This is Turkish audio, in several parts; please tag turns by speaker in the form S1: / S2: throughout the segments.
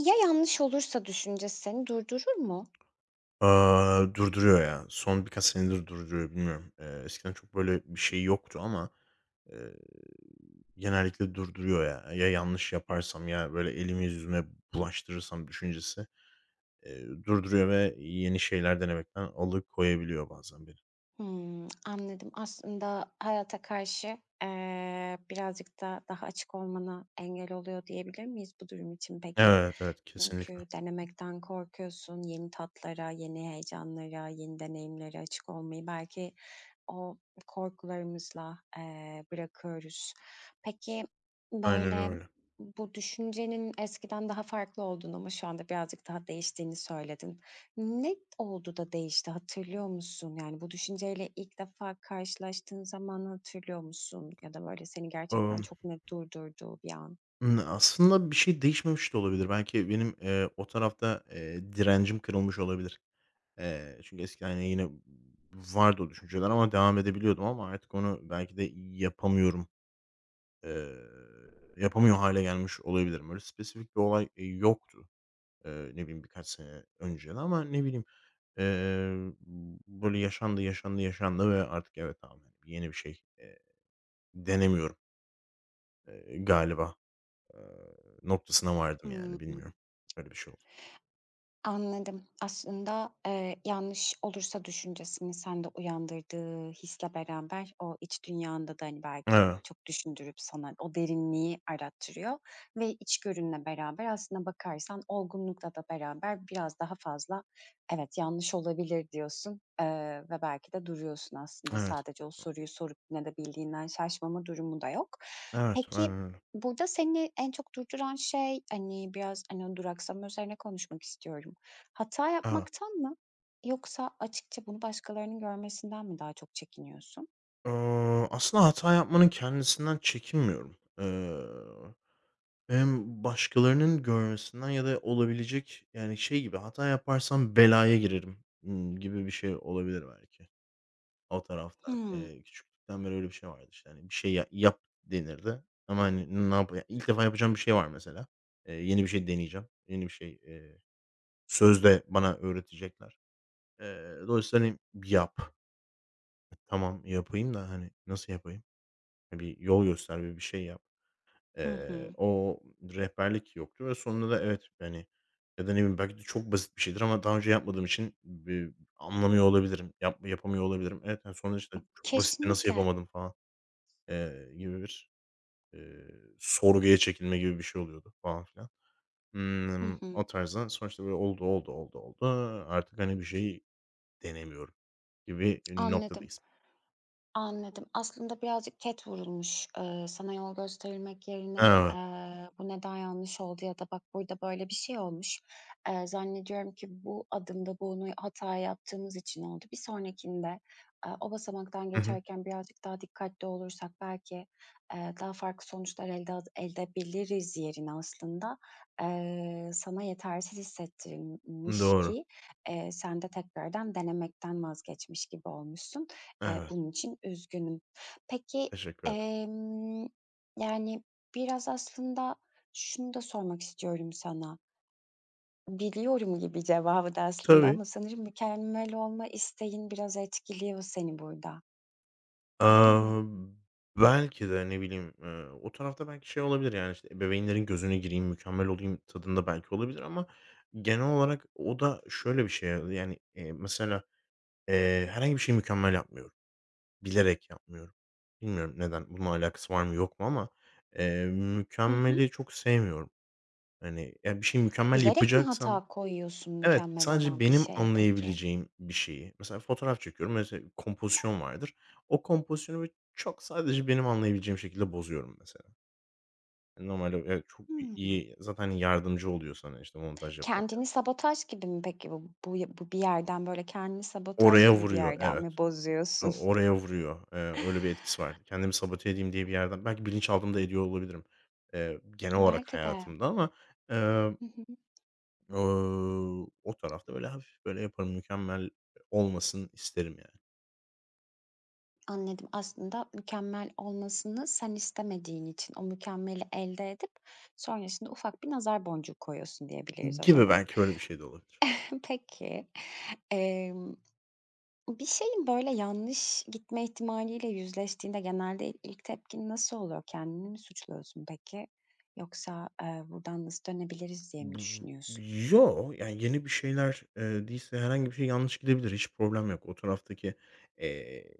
S1: Ya yanlış olursa düşüncesi seni durdurur mu?
S2: Durduruyor ya. Son birkaç senedir durduruyor, bilmiyorum. Eskiden çok böyle bir şey yoktu ama, eee, genellikle durduruyor ya. Ya yanlış yaparsam ya böyle elimi yüzüme bulaştırırsam düşüncesi, durduruyor ve yeni şeyler denemekten alıkoyabiliyor bazen beni.
S1: Hımm, anladım. Aslında hayata karşı, birazcık da daha açık olmana engel oluyor diyebilir miyiz bu durum için peki?
S2: Evet, evet, kesinlikle.
S1: Çünkü denemekten korkuyorsun, yeni tatlara, yeni heyecanlara, yeni deneyimlere açık olmayı belki o korkularımızla, bırakıyoruz. Peki,
S2: Aynen
S1: böyle,
S2: öyle.
S1: bu düşüncenin eskiden daha farklı olduğunu ama şu anda birazcık daha değiştiğini söyledin. Ne oldu da değişti, hatırlıyor musun? Yani, bu düşünceyle ilk defa karşılaştığın zamanı hatırlıyor musun? Ya da, böyle, seni gerçekten
S2: Imm,
S1: çok net durdurduğu bir an?
S2: Aslında bir şey değişmemiş de olabilir. Belki benim, o tarafta, direncim kırılmış olabilir. Çünkü eskiden, hani, yine vardı o düşünceler ama devam edebiliyordum ama artık onu belki de yapamıyorum, eee, yapamıyor hale gelmiş olabilirim. Öyle spesifik bir olay, yoktu, ne bileyim, birkaç sene önce de ama ne bileyim, eee, böyle yaşandı, yaşandı, yaşandı ve artık evet, tamam, yani yeni bir şey, denemiyorum, galiba, eee, noktasına vardım
S1: Hıı.
S2: yani, bilmiyorum. Öyle bir şey oldu.
S1: Anladım. Aslında, yanlış olursa düşüncesini sende uyandırdığı hisle beraber o iç dünyanda da, hani, belki
S2: Evet,
S1: çok düşündürüp sana o derinliği arattırıyor ve içgörünle beraber aslında bakarsan olgunlukla da beraber biraz daha fazla "Evet, yanlış olabilir." diyorsun, ve belki de duruyorsun aslında.
S2: evet,
S1: Sadece o soruyu sorup ne de bildiğinden şaşmama durumu da yok.
S2: evet,
S1: Peki,
S2: aynen öyle.
S1: burada seni en çok durduran şey, hani, biraz, hani, o duraksama üzerine konuşmak istiyorum. Hata
S2: Evet.
S1: yapmaktan mı yoksa açıkça bunu başkalarının görmesinden mi daha çok çekiniyorsun?
S2: Aslında hata yapmanın kendisinden çekinmiyorum. Hem başkalarının görmesinden ya da olabilecek, yani, şey gibi, hata yaparsam belaya girerim, gibi bir şey olabilir belki. O tarafta,
S1: Hımm.
S2: küçüklükten beri öyle bir şey vardı, işte, hani, bir şey ya yap denirdi ama, hani, ne yap ilk defa yapacağım bir şey var mesela. Yeni bir şey deneyeceğim. Yeni bir şey, sözde bana öğretecekler. Dolayısıyla, hani, yap. Tamam yapayım da, hani, nasıl yapayım? Hani, bir yol göster, bir şey yap.
S1: Hı hı.
S2: O rehberlik yoktu ve sonunda da evet, hani, ya da ne bileyim belki de çok basit bir şeydir ama daha önce yapmadığım için bir anlamıyor olabilirim. Yap yapamıyor olabilirim. Evet, yani, sonra işte çok basitti nasıl
S1: Kesinlikle.
S2: yapamadım falan, gibi bir, eee, sorguya çekilme gibi bir şey oluyordu falan filan.
S1: Hı hı.
S2: O tarzda sonuçta böyle oldu, oldu, oldu, oldu. Artık, hani, bir şeyi denemiyorum gibi
S1: Anladım.
S2: noktadayız.
S1: Anladım. Aslında birazcık ket vurulmuş, sana yol gösterilmek yerine,
S2: Evet.
S1: bu neden yanlış oldu ya da bak burada böyle bir şey olmuş. Zannediyorum ki bu adımda bunu hata yaptığımız için oldu. Bir sonrakinde, o basamaktan
S2: Hı hı.
S1: geçerken birazcık daha dikkatli olursak belki, daha farklı sonuçlar elde elde edebiliriz yerine aslında, sana yetersiz hissettirilmiş
S2: Doğru.
S1: ki, sen de tekrardan denemekten vazgeçmiş gibi olmuşsun.
S2: Evet.
S1: Bunun için üzgünüm. Peki,
S2: Teşekkür ederim.
S1: emm, yani, biraz aslında şunu da sormak istiyorum sana. Biliyorum gibi cevabı da aslında
S2: Tabii.
S1: ama sanırım mükemmel olma isteğin biraz etkiliyor seni burada. Öyle mi?
S2: Amm, Belki de ne bileyim, o tarafta belki şey olabilir, yani, işte, ebeveynlerin gözüne gireyim, mükemmel olayım tadında belki olabilir ama genel olarak o da şöyle bir şey, yani, mesela, herhangi bir şeyi mükemmel yapmıyorum. Bilerek yapmıyorum. Bilmiyorum neden, bununla alakası var mı yok mu ama,
S1: Hı hı.
S2: mükemmeli çok sevmiyorum. Hani, ya, bir şeyi mükemmel
S1: Bilerek mi
S2: yapacaksam.
S1: hata koyuyorsun
S2: Evet,
S1: mükemmel olan
S2: sadece
S1: bir
S2: benim
S1: şeye peki?
S2: anlayabileceğim bir şeyi. Mesela fotoğraf çekiyorum, mesela kompozisyon vardır. O kompozisyonu böyle çok sadece benim anlayabileceğim şekilde bozuyorum mesela. Yani normalde evet, çok
S1: Hımm.
S2: iyi zaten, hani, yardımcı oluyor sana, işte, montaj yaparken.
S1: Kendini sabotaj gibi mi peki bu? Bu bu bir yerden, böyle, kendini sabotaj
S2: Oraya
S1: gibi bir
S2: vuruyor,
S1: yerden
S2: evet.
S1: mi
S2: O
S1: bozuyorsun?
S2: oraya vuruyor. Öyle bir etkisi var. Kendimi sabote edeyim diye bir yerden belki bilinçaltımda ediyor olabilirim, genel olarak
S1: Belki de.
S2: hayatımda ama, eee,
S1: Hı hı.
S2: o tarafta böyle hafif böyle yaparım, mükemmel olmasın isterim yani.
S1: Anladım. Aslında mükemmel olmasını sen istemediğin için o mükemmeli elde edip sonrasında ufak bir nazar boncuğu koyuyorsun diyebiliriz o
S2: Gibi
S1: zaman.
S2: belki öyle bir şey de olabilir.
S1: Peki, emm, bir şeyin böyle yanlış gitme ihtimaliyle yüzleştiğinde genelde ilk tepkin nasıl oluyor? Kendini mi suçluyorsun peki? Yoksa, buradan nasıl dönebiliriz diye mi
S2: Bu
S1: düşünüyorsun?
S2: Yani, yeni bir şeyler, değilse herhangi bir şey yanlış gidebilir. Hiç problem yok. O taraftaki, eee,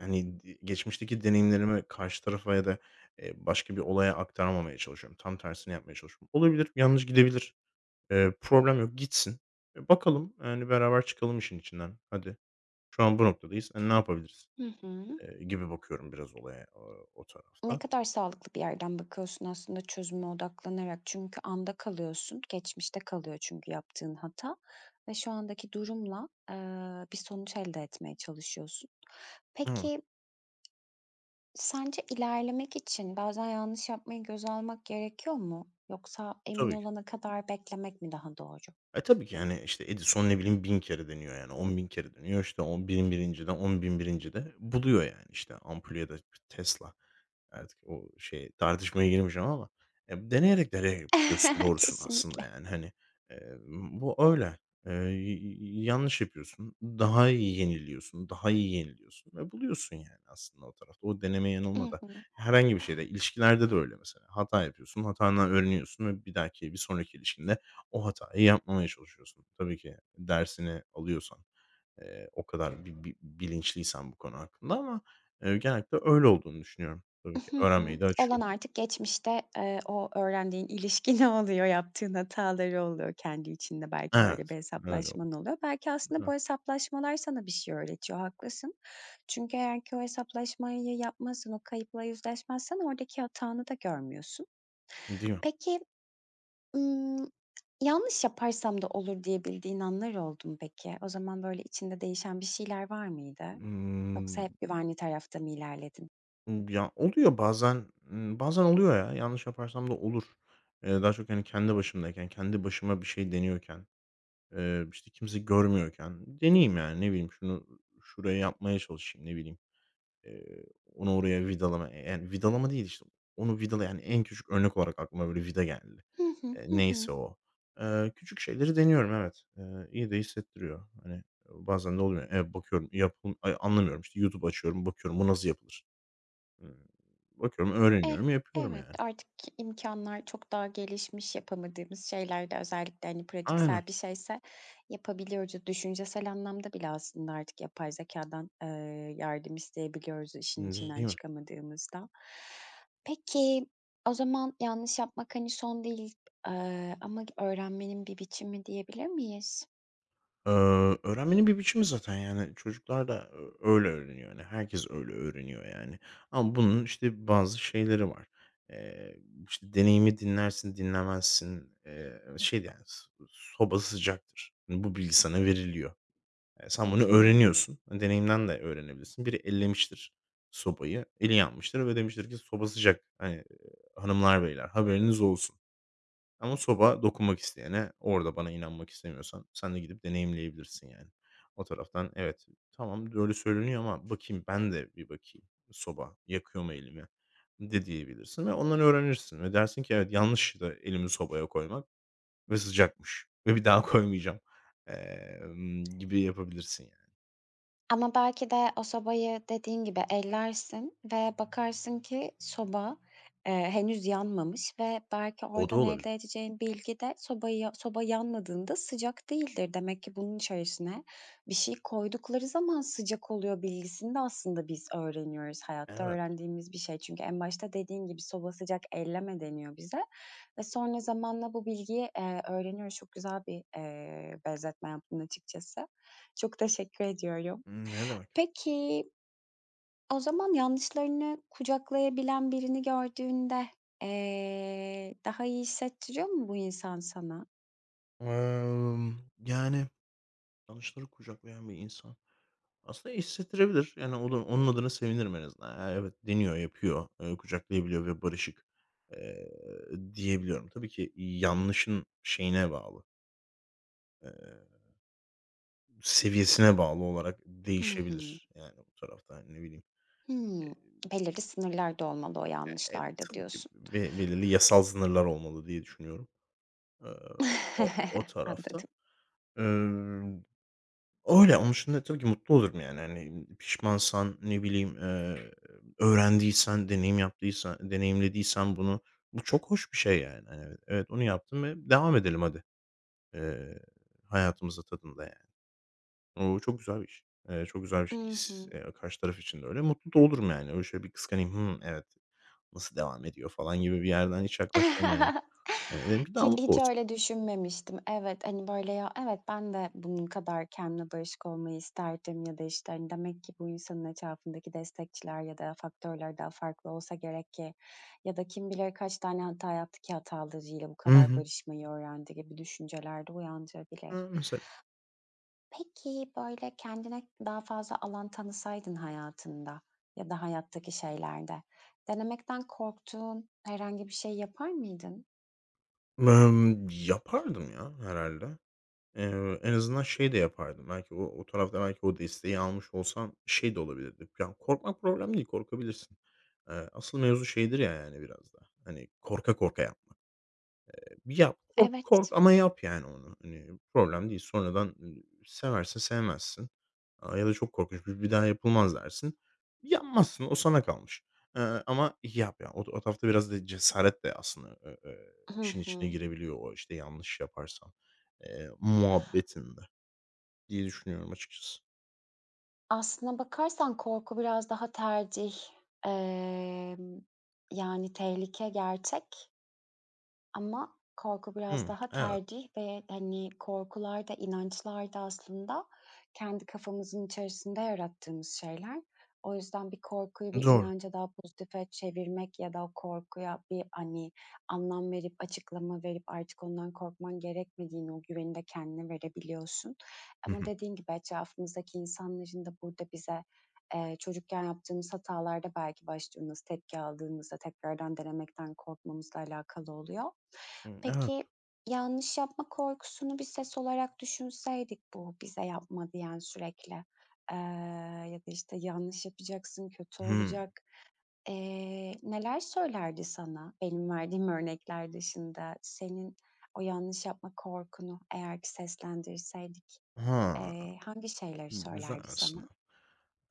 S2: hani, geçmişteki deneyimlerimi karşı tarafa ya da, başka bir olaya aktarmamaya çalışıyorum. Tam tersini yapmaya çalışıyorum. Olabilir, yanlış gidebilir. Problem yok, gitsin. Bakalım, yani, beraber çıkalım işin içinden. Hadi, şu an bu noktadayız. Ne yapabiliriz,
S1: Hı hı.
S2: gibi bakıyorum biraz olaya, o
S1: Ne
S2: tarafta.
S1: kadar sağlıklı bir yerden bakıyorsun aslında çözüme odaklanarak. Çünkü anda kalıyorsun, geçmişte kalıyor çünkü yaptığın hata ve şu andaki durumla, bir sonuç elde etmeye çalışıyorsun.
S2: Ama
S1: Peki, sence ilerlemek için bazen yanlış yapmayı göze almak gerekiyor mu? Yoksa emin
S2: tabii
S1: olana kadar beklemek mi daha doğru?
S2: Tabii ki, yani işte, Edison ne bileyim 1000 kere deniyor yani 10.000 kere deniyor, işte, on bin 1000.001'incide 10.001'incide buluyor yani, işte, ampulü ya da Tesla. Artık o şey tartışmaya girmeyeceğim ama, deneyerek deneyerek yapıyorsun doğrusunu aslında
S1: Kesinlikle.
S2: yani, hani, eee, bu öyle. Yanlış yapıyorsun, daha iyi yeniliyorsun, daha iyi yeniliyorsun ve buluyorsun yani aslında o tarafta. O deneme
S1: Hı
S2: yanılmada.
S1: hı.
S2: Herhangi bir şeyde, ilişkilerde de öyle mesela. Hata yapıyorsun, hatandan öğreniyorsun ve bir dahaki, bir sonraki ilişkinde o hatayı yapmamaya çalışıyorsun. Tabii ki dersini alıyorsan, o kadar bi bi bilinçliysen bu konu hakkında ama, genellikle öyle olduğunu düşünüyorum. Tabii ki
S1: Hı hı.
S2: öğrenmeyi de
S1: Olan
S2: açıyor.
S1: artık geçmişte, o öğrendiğin ilişki ne oluyor, yaptığın hataları oluyor, kendi içinde belki böyle bir
S2: Evet, öyle oldu.
S1: hesaplaşman oluyor. Belki aslında bu
S2: Evet.
S1: hesaplaşmalar sana bir şey öğretiyor, haklısın. Çünkü eğer ki o hesaplaşmayı yapmazsan, o kayıpla yüzleşmezsen oradaki hatanı da görmüyorsun.
S2: Değil mi?
S1: Peki, ımm, yanlış yaparsam da olur diyebildiğin anlar oldu mu peki? O zaman böyle içinde değişen bir şeyler var mıydı? Yoksa
S2: Imm,
S1: hep güvenli tarafta mı ilerledin?
S2: Ya, oluyor bazen, bazen oluyor ya. Yanlış yaparsam da olur. Daha çok, hani, kendi başımdayken, kendi başıma bir şey deniyorken, işte, kimse görmüyorken deneyeyim yani, ne bileyim, şunu şuraya yapmaya çalışayım, ne bileyim. Eee, Onu oraya vidalama, yani, vidalama değil, işte, onu vidala yani, en küçük örnek olarak aklıma böyle vida geldi.
S1: Hı hı, hı hı.
S2: Neyse o. Küçük şeyleri deniyorum evet. İyi de hissettiriyor. Hani, bazen de oluyor. Evet, bakıyorum yapım ay, anlamıyorum, işte, YouTube açıyorum, bakıyorum bu nasıl yapılır? Iıı, Bakıyorum,
S1: Eh,
S2: öğreniyorum, yapıyorum
S1: evet,
S2: yani.
S1: artık imkanlar çok daha gelişmiş, yapamadığımız şeylerde özellikle, hani,
S2: Aynen.
S1: pratiksel bir şeyse yapabiliyoruz. Düşüncesel anlamda bile aslında artık yapay zeka'dan yardım isteyebiliyoruz işin içinden
S2: Değil mi?
S1: çıkamadığımızda. Peki, o zaman yanlış yapmak, hani, son değil, ama öğrenmenin bir biçimi diyebilir miyiz?
S2: Eee, Öğrenmenin bir biçimi zaten, yani, çocuklar da öyle öğreniyor, yani herkes öyle öğreniyor, yani. Ama bunun, işte, bazı şeyleri var. Eee, işte, deneyimi dinlersin, dinlemezsin. Şey de, yani, soba sıcaktır. Yani bu bilgi sana veriliyor.
S1: Hı
S2: Sen bunu
S1: hı.
S2: öğreniyorsun. Hani, deneyimden de öğrenebilirsin. Biri ellemiştir sobayı, eli yanmıştır ve demiştir ki "Soba sıcak, hani, hanımlar, beyler, haberiniz olsun." Ama soba dokunmak isteyene, orada bana inanmak istemiyorsan sen de gidip deneyimleyebilirsin yani. O taraftan evet, tamam öyle söyleniyor ama bakayım ben de bir bakayım soba yakıyor mu elimi de diyebilirsin ve ondan öğrenirsin ve dersin ki evet yanlış da elimi sobaya koymak ve sıcakmış ve bir daha koymayacağım, gibi yapabilirsin yani.
S1: Ama belki de o sobayı dediğin gibi ellersin ve bakarsın ki soba, henüz yanmamış ve belki
S2: O da
S1: oradan
S2: olabilir.
S1: elde edeceğin bilgi de sobayı ya soba yanmadığında sıcak değildir. Demek ki bunun içerisine bir şey koydukları zaman sıcak oluyor bilgisini de aslında biz öğreniyoruz. Hayatta
S2: Evet.
S1: öğrendiğimiz bir şey. Çünkü en başta dediğin gibi "Soba sıcak elleme." deniyor bize ve sonra zamanla bu bilgiyi, öğreniyoruz. Çok güzel bir, benzetme yaptın açıkçası. Çok teşekkür ediyorum.
S2: Ne demek.
S1: Peki, o zaman yanlışlarını kucaklayabilen birini gördüğünde, daha iyi hissettiriyor mu bu insan sana?
S2: Emm, Yani yanlışları kucaklayan bir insan aslında hissettirebilir. Yani onun adına sevinirim en azından. Ha, evet, deniyor, yapıyor, kucaklayabiliyor ve barışık, eee, diyebiliyorum. Tabii ki yanlışın şeyine bağlı, eee, seviyesine bağlı olarak
S1: Hı hı.
S2: değişebilir. Yani bu tarafta, hani, ne bileyim,
S1: Hımm. Belirli sınırlar da olmalı o
S2: eee,
S1: yanlışlarda
S2: tabii ki
S1: diyorsun.
S2: belirli yasal sınırlar olmalı diye düşünüyorum. Eee, o tarafta.
S1: Anladım.
S2: Emm Öyle, onun dışında tabii ki mutlu olurum yani, hani, pişmansan, ne bileyim, öğrendiysen, deneyim yaptıysan deneyimlediysen bunu, bu çok hoş bir şey yani. Hani, evet, evet onu yaptım ve devam edelim hadi, eee, hayatımıza tadında yani. O çok güzel bir iş. Çok güzel bir
S1: I
S2: his,
S1: hı.
S2: karşı taraf için de öyle. Mutlu da olurum yani. Öyle şöyle bir kıskanayım, evet, nasıl devam ediyor falan gibi bir yerden hiç yaklaşmam yani. Hani, derim ki daha
S1: Hiç
S2: mutlu
S1: hiç
S2: olsun.
S1: öyle düşünmemiştim. Evet, hani, böyle, ya, evet, ben de bunun kadar kendimle barışık olmayı isterdim ya da, işte, hani, demek ki bu insanın etrafındaki destekçiler ya da faktörler daha farklı olsa gerek ki ya da kim bilir kaç tane hata yaptı ki hatalarıyla bu
S2: Hı
S1: kadar
S2: hı.
S1: barışmayı öğrendi gibi düşünceler de uyandırabilir.
S2: Hı, mesela.
S1: Peki, böyle, kendine daha fazla alan tanısaydın hayatında ya da hayattaki şeylerde, denemekten korktuğun herhangi bir şey yapar mıydın?
S2: Yapardım ya herhalde. En azından şey de yapardım, belki o tarafta belki o desteği almış olsam şey de olabilirdi. Yani korkmak problem değil, korkabilirsin. Asıl mevzu şeydir ya, yani, biraz da, hani, korka korka yapmak. Bir yap, kork
S1: Evet.
S2: kork ama yap, yani, onu. Hani, problem değil. Sonradan, seversin, sevmezsin, ya da çok korkunç bir daha yapılmaz dersin. Yapmazsın, o sana kalmış. Ama yap ya. O tarafta biraz da cesaret de aslında,
S1: Hı
S2: işin içine
S1: hı.
S2: girebiliyor o, işte, yanlış yaparsan, muhabbetinde. Diye düşünüyorum açıkçası.
S1: Aslına bakarsan korku biraz daha tercih, emm, yani, tehlike gerçek. Ama korku biraz
S2: Hımm,
S1: daha
S2: evet.
S1: tercih ve, hani, korkular da inançlar da aslında kendi kafamızın içerisinde yarattığımız şeyler. O yüzden bir korkuyu bir
S2: Doğru.
S1: inanca daha pozitife çevirmek ya da o korkuya bir, hani, anlam verip, açıklama verip artık ondan korkman gerekmediğini, o güveni de kendine verebiliyorsun.
S2: Hı
S1: Ama
S2: hı.
S1: dediğin gibi etrafımızdaki insanların da burada bize çocukken yaptığımız hatalarda belki başladığımız, tepki aldığımızda tekrardan denemekten korkmamızla alakalı oluyor.
S2: Hımm, evet.
S1: Peki, yanlış yapma korkusunu bir ses olarak düşünseydik bu bize yapma diyen sürekli, eee, ya da, işte, yanlış yapacaksın, kötü
S2: Hımm.
S1: olacak, neler söylerdi sana benim verdiğim örnekler dışında? Senin o yanlış yapma korkunu eğer ki seslendirseydik,
S2: Ha,
S1: hangi şeyleri
S2: güzel
S1: söylerdi
S2: aslında.
S1: sana?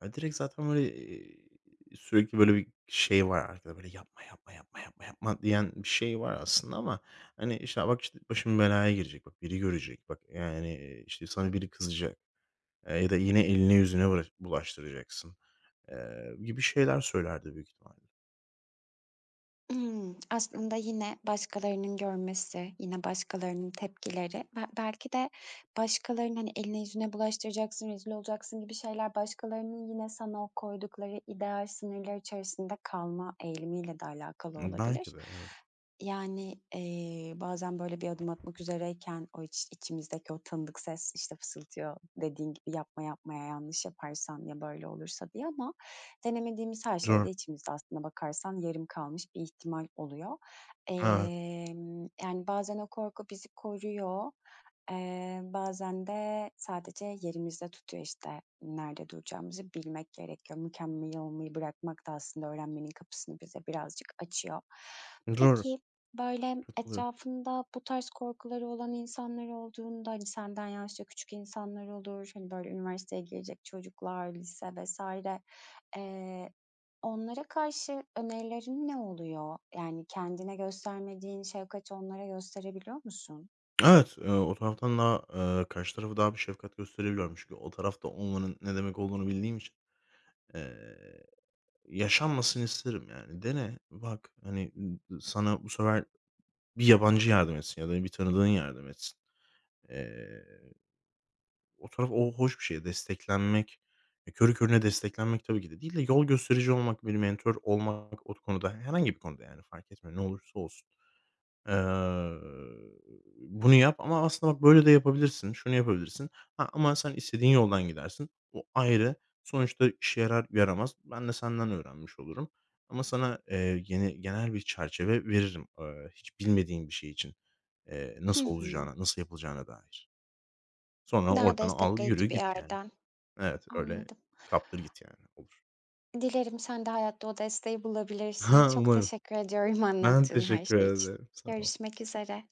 S2: Ya, direkt zaten böyle, sürekli böyle bir şey var arkada, böyle yapma, yapma, yapma, yapma, yapma diyen bir şey var aslında ama, hani, işte, "Bak, işte, başım belaya girecek. Bak, biri görecek. Bak, yani, işte, sana biri kızacak." Ya da yine eline yüzüne bulaştıracaksın, gibi şeyler söylerdi büyük ihtimalle.
S1: Imm, aslında yine başkalarının görmesi, yine başkalarının tepkileri ve belki de başkalarının, hani, eline yüzüne bulaştıracaksın, rezil olacaksın gibi şeyler başkalarının yine sana o koydukları ideal sınırlar içerisinde kalma eğilimiyle de alakalı olabilir.
S2: Belki de evet.
S1: Yani, bazen böyle bir adım atmak üzereyken o iç içimizdeki o tanıdık ses, işte, fısıltıyor dediğin gibi yapma yapmaya yanlış yaparsan ya böyle olursa diye ama denemediğimiz her
S2: Doğru.
S1: şeyde içimizde aslında bakarsan yarım kalmış bir ihtimal oluyor.
S2: Evet.
S1: Yani, bazen o korku bizi koruyor, bazen de sadece yerimizde tutuyor, işte, nerede duracağımızı bilmek gerekiyor. Mükemmel olmayı bırakmak da aslında öğrenmenin kapısını bize birazcık açıyor.
S2: Doğru.
S1: Peki, böyle,
S2: Katılıyorum.
S1: etrafında bu tarz korkuları olan insanlar olduğunda, hani, senden yaşça küçük insanlar olur, hani, böyle, üniversiteye girecek çocuklar, lise vs. Eee, onlara karşı önerilerin ne oluyor? Yani kendine göstermediğin şefkati onlara gösterebiliyor musun?
S2: Evet, o taraftan daha, karşı tarafı daha bir şefkat gösterebiliyorum. Çünkü o tarafta olmanın ne demek olduğunu bildiğim için, eee, yaşanmasını isterim yani. Dene, bak, hani, sana bu sefer bir yabancı yardım etsin ya da bir tanıdığın yardım etsin. Eee, O taraf o hoş bir şey. Desteklenmek, körü körüne desteklenmek tabii ki de değil de yol gösterici olmak, bir mentor olmak o konuda herhangi bir konuda yani fark etmiyor ne olursa olsun. Eee, Bunu yap ama aslında bak böyle de yapabilirsin, şunu yapabilirsin. Ha, ama sen istediğin yoldan gidersin. O ayrı. Sonuçta işe yarar yaramaz. Ben de senden öğrenmiş olurum. Ama sana, yeni genel bir çerçeve veririm, hiç bilmediğin bir şey için,
S1: Hı
S2: nasıl
S1: hı.
S2: olacağına, nasıl yapılacağına dair. Sonra
S1: Daha
S2: oradan al, yürü,
S1: destekleyici bir
S2: git yani.
S1: yerden.
S2: Evet, öyle
S1: Anladım.
S2: kaptır git yani. Olur.
S1: Dilerim sen de hayatta o desteği bulabilirsin.
S2: Ha,
S1: Çok
S2: umarım.
S1: teşekkür ediyorum
S2: Ben
S1: anlattığın her
S2: teşekkür
S1: şey için.
S2: ederim. Sağ ol.
S1: Görüşmek üzere.